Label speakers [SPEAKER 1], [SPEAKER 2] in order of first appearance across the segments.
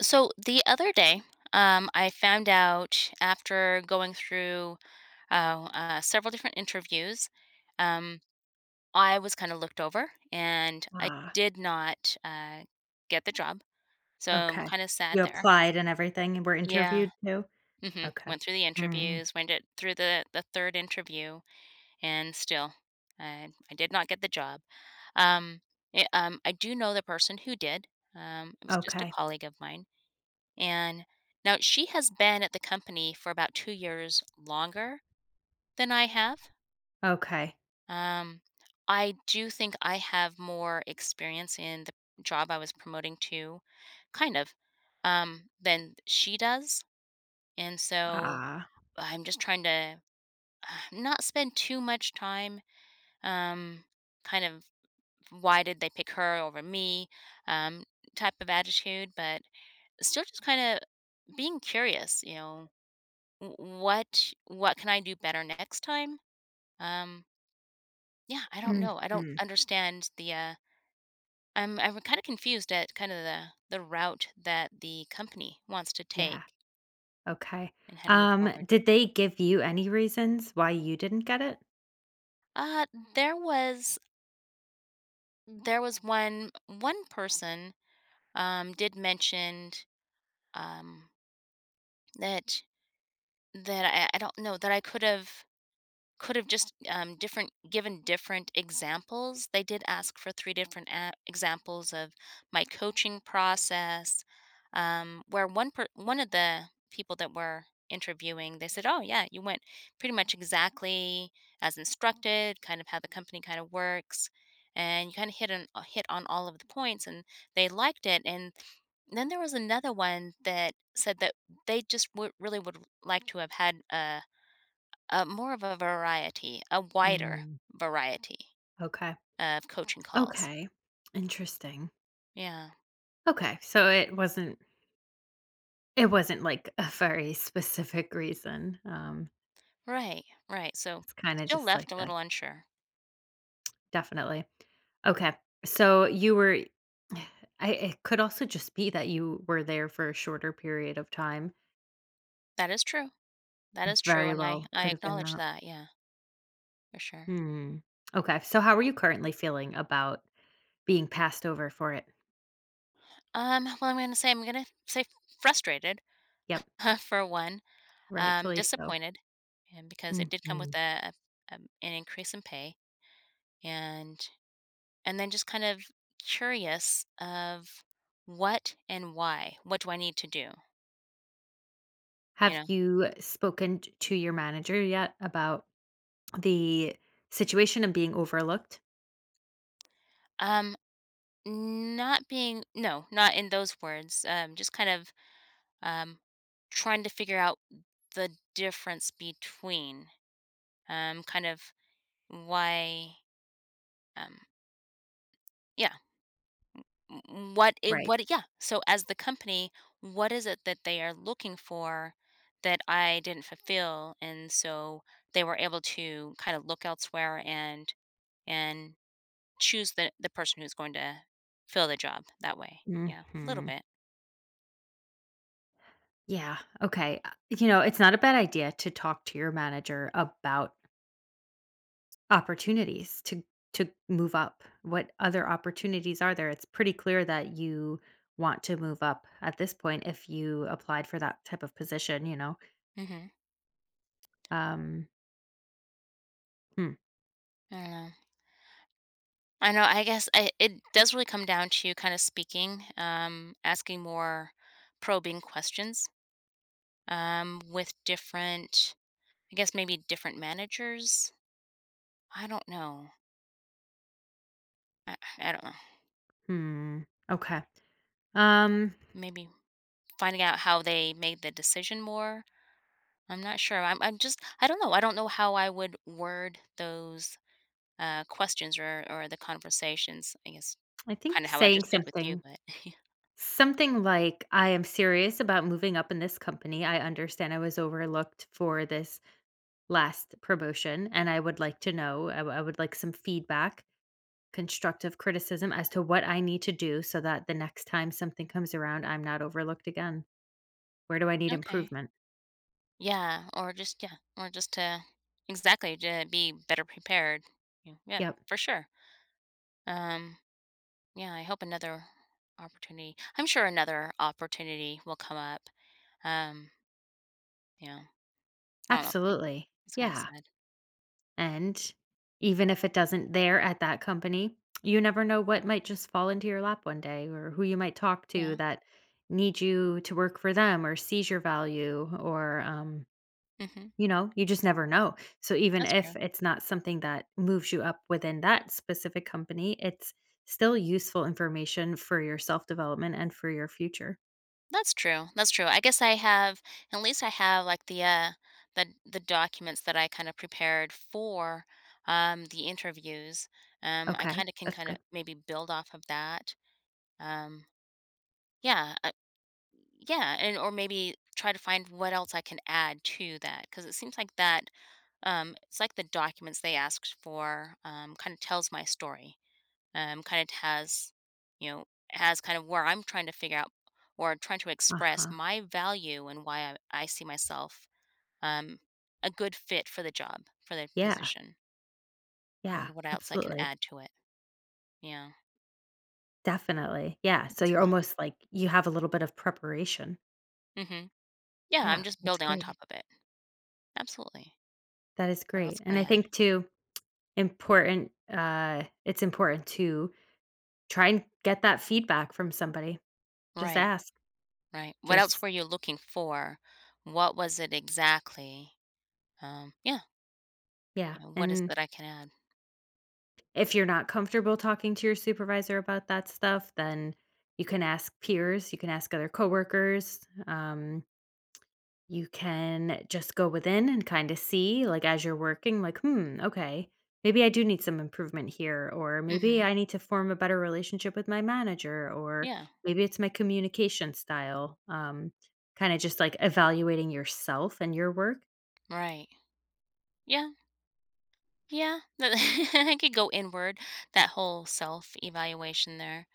[SPEAKER 1] So the other day, I found out after going through several different interviews. um, I was kind of looked over and I
[SPEAKER 2] Ah,
[SPEAKER 1] did not get the job. So I'm
[SPEAKER 2] okay.
[SPEAKER 1] kind of sad
[SPEAKER 2] You
[SPEAKER 1] there.
[SPEAKER 2] applied and everything and were
[SPEAKER 1] Yeah.
[SPEAKER 2] interviewed too? Okay.
[SPEAKER 1] Went through the
[SPEAKER 2] Mm,
[SPEAKER 1] interviews, went it through the third interview, and still I did not get the job. Um, I do know the person who did. It was just a
[SPEAKER 2] okay,
[SPEAKER 1] colleague of mine. And now she has been at the company for about 2 years longer than I have.
[SPEAKER 2] okay.
[SPEAKER 1] Um, I do think I have more experience in the job I was promoting to, kind of, than she does. And so
[SPEAKER 2] Ah.
[SPEAKER 1] I'm just trying to not spend too much time, um, kind of, why did they pick her over me, um, type of attitude, but still just kind of being curious, you know, W what can I do better next time? Um, yeah, I don't know. I don't
[SPEAKER 2] Mhm,
[SPEAKER 1] understand I'm kinda confused at kind of the route that the company wants to
[SPEAKER 2] yeah,
[SPEAKER 1] take
[SPEAKER 2] okay.
[SPEAKER 1] and how to move forward.
[SPEAKER 2] Did they give you any reasons why you didn't get it?
[SPEAKER 1] Uh, there was there was one person, did mentioned, um, that that I don't know, that I could have, could have just, different given different examples. They did ask for 3 different a examples of my coaching process, where one of the people that were interviewing, they said, "Oh, yeah, you went pretty much exactly as instructed, kind of how the company kinda works, and you kinda hit on hit on all of the points," and they liked it, and then there was another one that said that they just would really would like to have had a more of a variety, a wider
[SPEAKER 2] Mm,
[SPEAKER 1] variety
[SPEAKER 2] okay,
[SPEAKER 1] of coaching calls.
[SPEAKER 2] okay. Interesting.
[SPEAKER 1] Yeah.
[SPEAKER 2] Okay, so it wasn't, like, a very specific reason.
[SPEAKER 1] Right, right. So
[SPEAKER 2] It's kinda
[SPEAKER 1] still
[SPEAKER 2] just like
[SPEAKER 1] left a
[SPEAKER 2] a
[SPEAKER 1] little unsure.
[SPEAKER 2] definitely. Okay. So you were I it could also just be that you were there for a shorter period of time.
[SPEAKER 1] That is true. That
[SPEAKER 2] It
[SPEAKER 1] is true,
[SPEAKER 2] very
[SPEAKER 1] and I
[SPEAKER 2] well
[SPEAKER 1] I
[SPEAKER 2] could have been
[SPEAKER 1] acknowledge
[SPEAKER 2] that.
[SPEAKER 1] that. Yeah, for sure.
[SPEAKER 2] Hmm. Okay. So how are you currently feeling about being passed over for it?
[SPEAKER 1] Well, I'm gonna say frustrated
[SPEAKER 2] Yep.
[SPEAKER 1] for one,
[SPEAKER 2] Rightfully so.
[SPEAKER 1] disappointed, and because it did come
[SPEAKER 2] Mhm.
[SPEAKER 1] with a an increase in pay, and and then just kind of curious of what and why. What do I need to do? You
[SPEAKER 2] Have
[SPEAKER 1] know.
[SPEAKER 2] you spoken t to your manager yet about the situation and being overlooked?
[SPEAKER 1] Um, Not being no, not in those words, just kind of, um, trying to figure out the difference between, kind of why, um yeah,
[SPEAKER 2] Right.
[SPEAKER 1] yeah, so as the company, what is it that they are looking for that I didn't fulfill? And so they were able to kinda look elsewhere and choose the person who's going to fill the job that way. Yeah, a little
[SPEAKER 2] Mhm.
[SPEAKER 1] bit.
[SPEAKER 2] Yeah. Okay. You know, it's not a bad idea to talk to your manager about opportunities to move up. What other opportunities are there? It's pretty clear that you want to move up at this point if you applied for that type of position, you know?
[SPEAKER 1] Mhm.
[SPEAKER 2] Um, hmm,
[SPEAKER 1] I know. I know, I guess I it does really come down to kinda speaking, asking more probing questions, with different, I guess maybe different managers? I don't know. I don't know.
[SPEAKER 2] hmm, okay. Um,
[SPEAKER 1] Maybe finding out how they made the decision more? I'm not sure. I'm just I don't know. I don't know how I would word those questions or the conversations. I guess
[SPEAKER 2] I think
[SPEAKER 1] kind of how I
[SPEAKER 2] saying
[SPEAKER 1] just did with you,
[SPEAKER 2] something
[SPEAKER 1] but yeah.
[SPEAKER 2] something like, "I am serious about moving up in this company. I understand I was overlooked for this last promotion, and I would like to know I would like some feedback constructive criticism as to what I need to do so that the next time something comes around, I'm not overlooked again. Where do I need
[SPEAKER 1] Okay.
[SPEAKER 2] improvement?"
[SPEAKER 1] Yeah, or just, yeah, or just to exactly to be better prepared. Yeah, yeah,
[SPEAKER 2] Yep,
[SPEAKER 1] for sure. Um yeah, I hope another opportunity I'm sure another opportunity will come up. Um, you know, I don't know, it
[SPEAKER 2] absolutely.
[SPEAKER 1] it's kinda
[SPEAKER 2] Yeah.
[SPEAKER 1] sad.
[SPEAKER 2] And even if it doesn't there at that company, you never know what might just fall into your lap one day or who you might talk to
[SPEAKER 1] Yeah,
[SPEAKER 2] that need you to work for them or sees your value or
[SPEAKER 1] mhm,
[SPEAKER 2] you know, you just never know. So even
[SPEAKER 1] that's
[SPEAKER 2] if
[SPEAKER 1] true.
[SPEAKER 2] it's not something that moves you up within that specific company, it's still useful information for your self-development and for your future.
[SPEAKER 1] That's true, that's true. I guess I have, at least I have, like, the documents that I kinda prepared for, the interviews. I
[SPEAKER 2] Okay,
[SPEAKER 1] kinda can
[SPEAKER 2] that's
[SPEAKER 1] kinda
[SPEAKER 2] good.
[SPEAKER 1] maybe build off of that. Um, yeah, uh yeah, and or maybe try to find what else I can add to that because it seems like that, it's like the documents they asked for, kind of tells my story, kind of has, you know, has kind of where I'm trying to figure out or trying to express
[SPEAKER 2] Uh-huh.
[SPEAKER 1] my value and why I see myself, um, a good fit for the job, for the
[SPEAKER 2] Yeah.
[SPEAKER 1] position. I
[SPEAKER 2] Yeah,
[SPEAKER 1] wonder what else I can
[SPEAKER 2] absolutely.
[SPEAKER 1] add to it. Yeah,
[SPEAKER 2] Definitely. Yeah,
[SPEAKER 1] I
[SPEAKER 2] so
[SPEAKER 1] can see
[SPEAKER 2] you're
[SPEAKER 1] that.
[SPEAKER 2] almost like you have a little bit of preparation.
[SPEAKER 1] hmm yeah,
[SPEAKER 2] Yeah,
[SPEAKER 1] I'm just
[SPEAKER 2] that's
[SPEAKER 1] building on top
[SPEAKER 2] great.
[SPEAKER 1] of it, absolutely.
[SPEAKER 2] That is
[SPEAKER 1] What else
[SPEAKER 2] great. And
[SPEAKER 1] can I
[SPEAKER 2] I
[SPEAKER 1] add?
[SPEAKER 2] think too important it's important to try and get that feedback from somebody. Just
[SPEAKER 1] Right,
[SPEAKER 2] ask.
[SPEAKER 1] right, what else
[SPEAKER 2] Just
[SPEAKER 1] were you looking for? What was it exactly? Yeah.
[SPEAKER 2] yeah,
[SPEAKER 1] You know, what is
[SPEAKER 2] and
[SPEAKER 1] that I can add?
[SPEAKER 2] If you're not comfortable talking to your supervisor about that stuff, then you can ask peers, you can ask other coworkers. Um, you can just go within and kind of see, like, as you're working, like, hmm, okay, maybe I do need some improvement here, or maybe
[SPEAKER 1] Mhm.
[SPEAKER 2] I need to form a better relationship with my manager, or
[SPEAKER 1] Yeah,
[SPEAKER 2] maybe it's my communication style. Kind of just like evaluating yourself and your work.
[SPEAKER 1] right. Yeah, yeah. I could go inward, that whole self-evaluation there.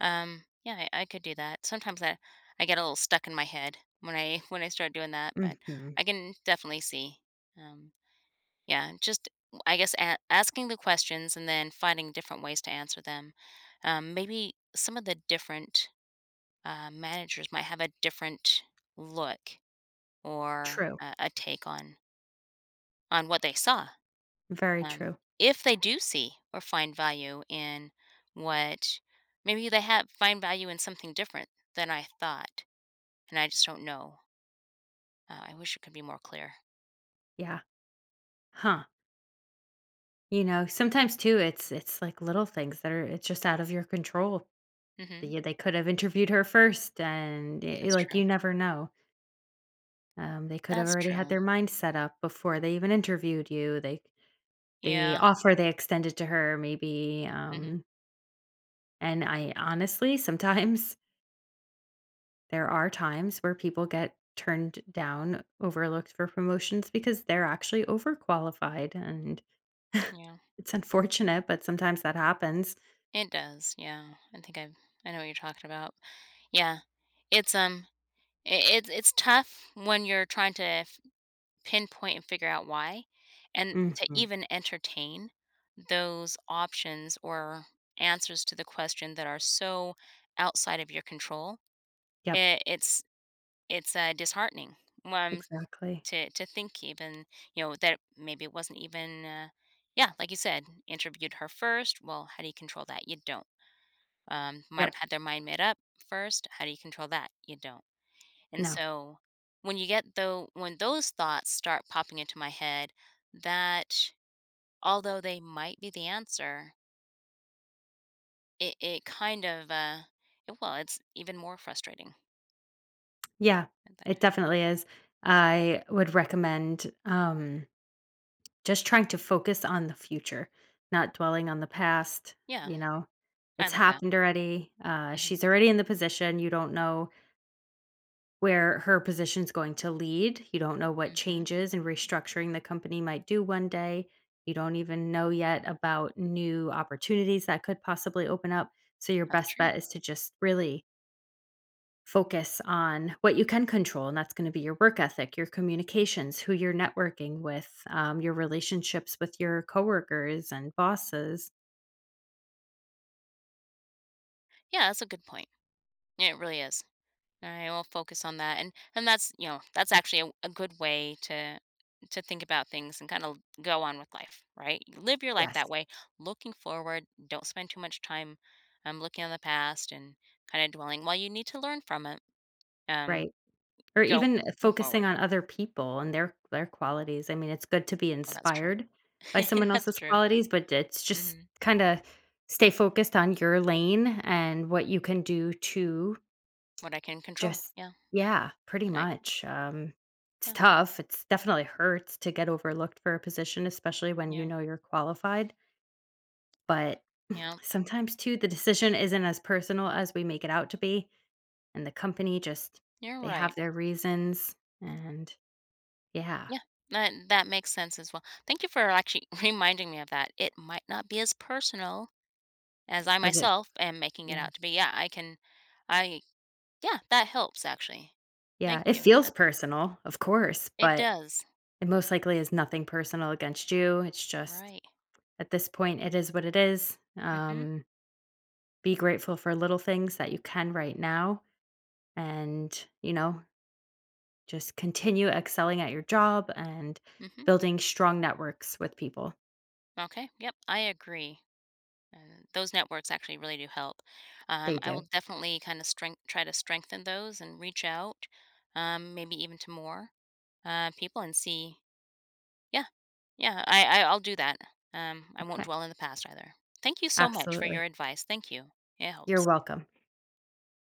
[SPEAKER 1] Yeah, I could do that. Sometimes I get a little stuck in my head when I when I start doing that, but
[SPEAKER 2] Hmm.
[SPEAKER 1] I can definitely see. Um, yeah, just I guess asking the questions and then finding different ways to answer them. Maybe some of the different managers might have a different look or
[SPEAKER 2] True.
[SPEAKER 1] a take on what they saw.
[SPEAKER 2] Very
[SPEAKER 1] Um,
[SPEAKER 2] true.
[SPEAKER 1] if they do see or find value in what, maybe they have find value in something different than I thought, and I just don't know. I wish it could be more clear.
[SPEAKER 2] Yeah. Huh. You know, sometimes too, it's like little things that are it's just out of your control.
[SPEAKER 1] hmm
[SPEAKER 2] They could have interviewed her first, and y
[SPEAKER 1] That's
[SPEAKER 2] like,
[SPEAKER 1] true.
[SPEAKER 2] you never know. They could have
[SPEAKER 1] That's
[SPEAKER 2] already had
[SPEAKER 1] true.
[SPEAKER 2] their mind set up before they even interviewed you. They the
[SPEAKER 1] Yeah.
[SPEAKER 2] offer they extended to her maybe,
[SPEAKER 1] hmm
[SPEAKER 2] um, and I honestly, sometimes there are times where people get turned down, overlooked for promotions because they're actually overqualified, and
[SPEAKER 1] Yeah.
[SPEAKER 2] it's unfortunate, but sometimes that happens.
[SPEAKER 1] It does. Yeah. I think I know what you're talking about. Yeah. It's. It's tough when you're trying to pinpoint and figure out why, and to
[SPEAKER 2] Mhm.
[SPEAKER 1] even entertain those options or answers to the question that are so outside of your control,
[SPEAKER 2] Yep.
[SPEAKER 1] I it's disheartening, um,
[SPEAKER 2] Exactly.
[SPEAKER 1] to think even, you know, that maybe it wasn't even yeah, like you said, interviewed her first. Well, how do you control that? You don't. Might have
[SPEAKER 2] Yep.
[SPEAKER 1] had their mind made up first. How do you control that? You don't. And
[SPEAKER 2] No.
[SPEAKER 1] so when you get though when those thoughts start popping into my head, that although they might be the answer, it kind of well, it's even more frustrating
[SPEAKER 2] Yeah,
[SPEAKER 1] at that
[SPEAKER 2] it
[SPEAKER 1] time.
[SPEAKER 2] definitely is. I would recommend, just trying to focus on the future, not dwelling on the past,
[SPEAKER 1] Yeah,
[SPEAKER 2] you know?
[SPEAKER 1] I
[SPEAKER 2] It's
[SPEAKER 1] like that.
[SPEAKER 2] happened already,
[SPEAKER 1] hmm
[SPEAKER 2] she's already in the position, you don't know where her position's going to lead, you don't know what
[SPEAKER 1] hmm
[SPEAKER 2] changes and restructuring the company might do one day, you don't even know yet about new opportunities that could possibly open up, so your
[SPEAKER 1] That's
[SPEAKER 2] best
[SPEAKER 1] true.
[SPEAKER 2] bet is to just really focus on what you can control, and that's going to be your work ethic, your communications, who you're networking with, your relationships with your coworkers and bosses.
[SPEAKER 1] Yeah, that's a good point. Yeah, it really is. I will focus on that, and that's, you know, that's actually a good way to think about things and kind of go on with life, right? You Live your life that
[SPEAKER 2] Yes,
[SPEAKER 1] way, looking forward. Don't spend too much time, looking on the past and kind of dwelling. While you need to learn from it, um,
[SPEAKER 2] right. Or
[SPEAKER 1] go
[SPEAKER 2] even
[SPEAKER 1] move
[SPEAKER 2] focusing
[SPEAKER 1] forward.
[SPEAKER 2] on other people and their qualities. I mean, it's good to be
[SPEAKER 1] Well, that's true.
[SPEAKER 2] inspired by someone
[SPEAKER 1] that's
[SPEAKER 2] else's
[SPEAKER 1] true.
[SPEAKER 2] qualities, but it's just
[SPEAKER 1] hmm
[SPEAKER 2] kind of stay focused on your lane and what you can do to
[SPEAKER 1] What I can control,
[SPEAKER 2] just
[SPEAKER 1] yeah.
[SPEAKER 2] yeah, pretty
[SPEAKER 1] What I,
[SPEAKER 2] much, it's
[SPEAKER 1] yeah,
[SPEAKER 2] tough, it's definitely hurts to get overlooked for a position, especially when you
[SPEAKER 1] yeah,
[SPEAKER 2] know you're qualified, but
[SPEAKER 1] yeah.
[SPEAKER 2] sometimes too, the decision isn't as personal as we make it out to be, and the company just
[SPEAKER 1] You're
[SPEAKER 2] they have
[SPEAKER 1] right.
[SPEAKER 2] their reasons, and yeah,
[SPEAKER 1] Yeah, that that makes sense as well. Thank you for actually reminding me of that. It might not be as personal as I
[SPEAKER 2] as if
[SPEAKER 1] myself am making it
[SPEAKER 2] yeah,
[SPEAKER 1] out to be. Yeah, I can I yeah, that helps actually.
[SPEAKER 2] yeah,
[SPEAKER 1] Thank
[SPEAKER 2] it
[SPEAKER 1] you.
[SPEAKER 2] feels
[SPEAKER 1] That-
[SPEAKER 2] personal, of course,
[SPEAKER 1] It
[SPEAKER 2] but
[SPEAKER 1] does.
[SPEAKER 2] it most likely is nothing personal against you, it's just
[SPEAKER 1] Right.
[SPEAKER 2] at this point, it is what it is,
[SPEAKER 1] Mhm.
[SPEAKER 2] be grateful for little things that you can right now and you know just continue excelling at your job and
[SPEAKER 1] Mhm.
[SPEAKER 2] building strong networks with people
[SPEAKER 1] Okay. Yep, I agree. Those networks actually really do help.
[SPEAKER 2] they
[SPEAKER 1] I will
[SPEAKER 2] do
[SPEAKER 1] definitely kind of strength try to strengthen those and reach out, maybe even to more people and see. Yeah, yeah, I'll do that. I won't
[SPEAKER 2] okay
[SPEAKER 1] dwell in the past either. Thank you so much for
[SPEAKER 2] absolutely
[SPEAKER 1] your advice. Thank you. It
[SPEAKER 2] you're
[SPEAKER 1] helps.
[SPEAKER 2] welcome.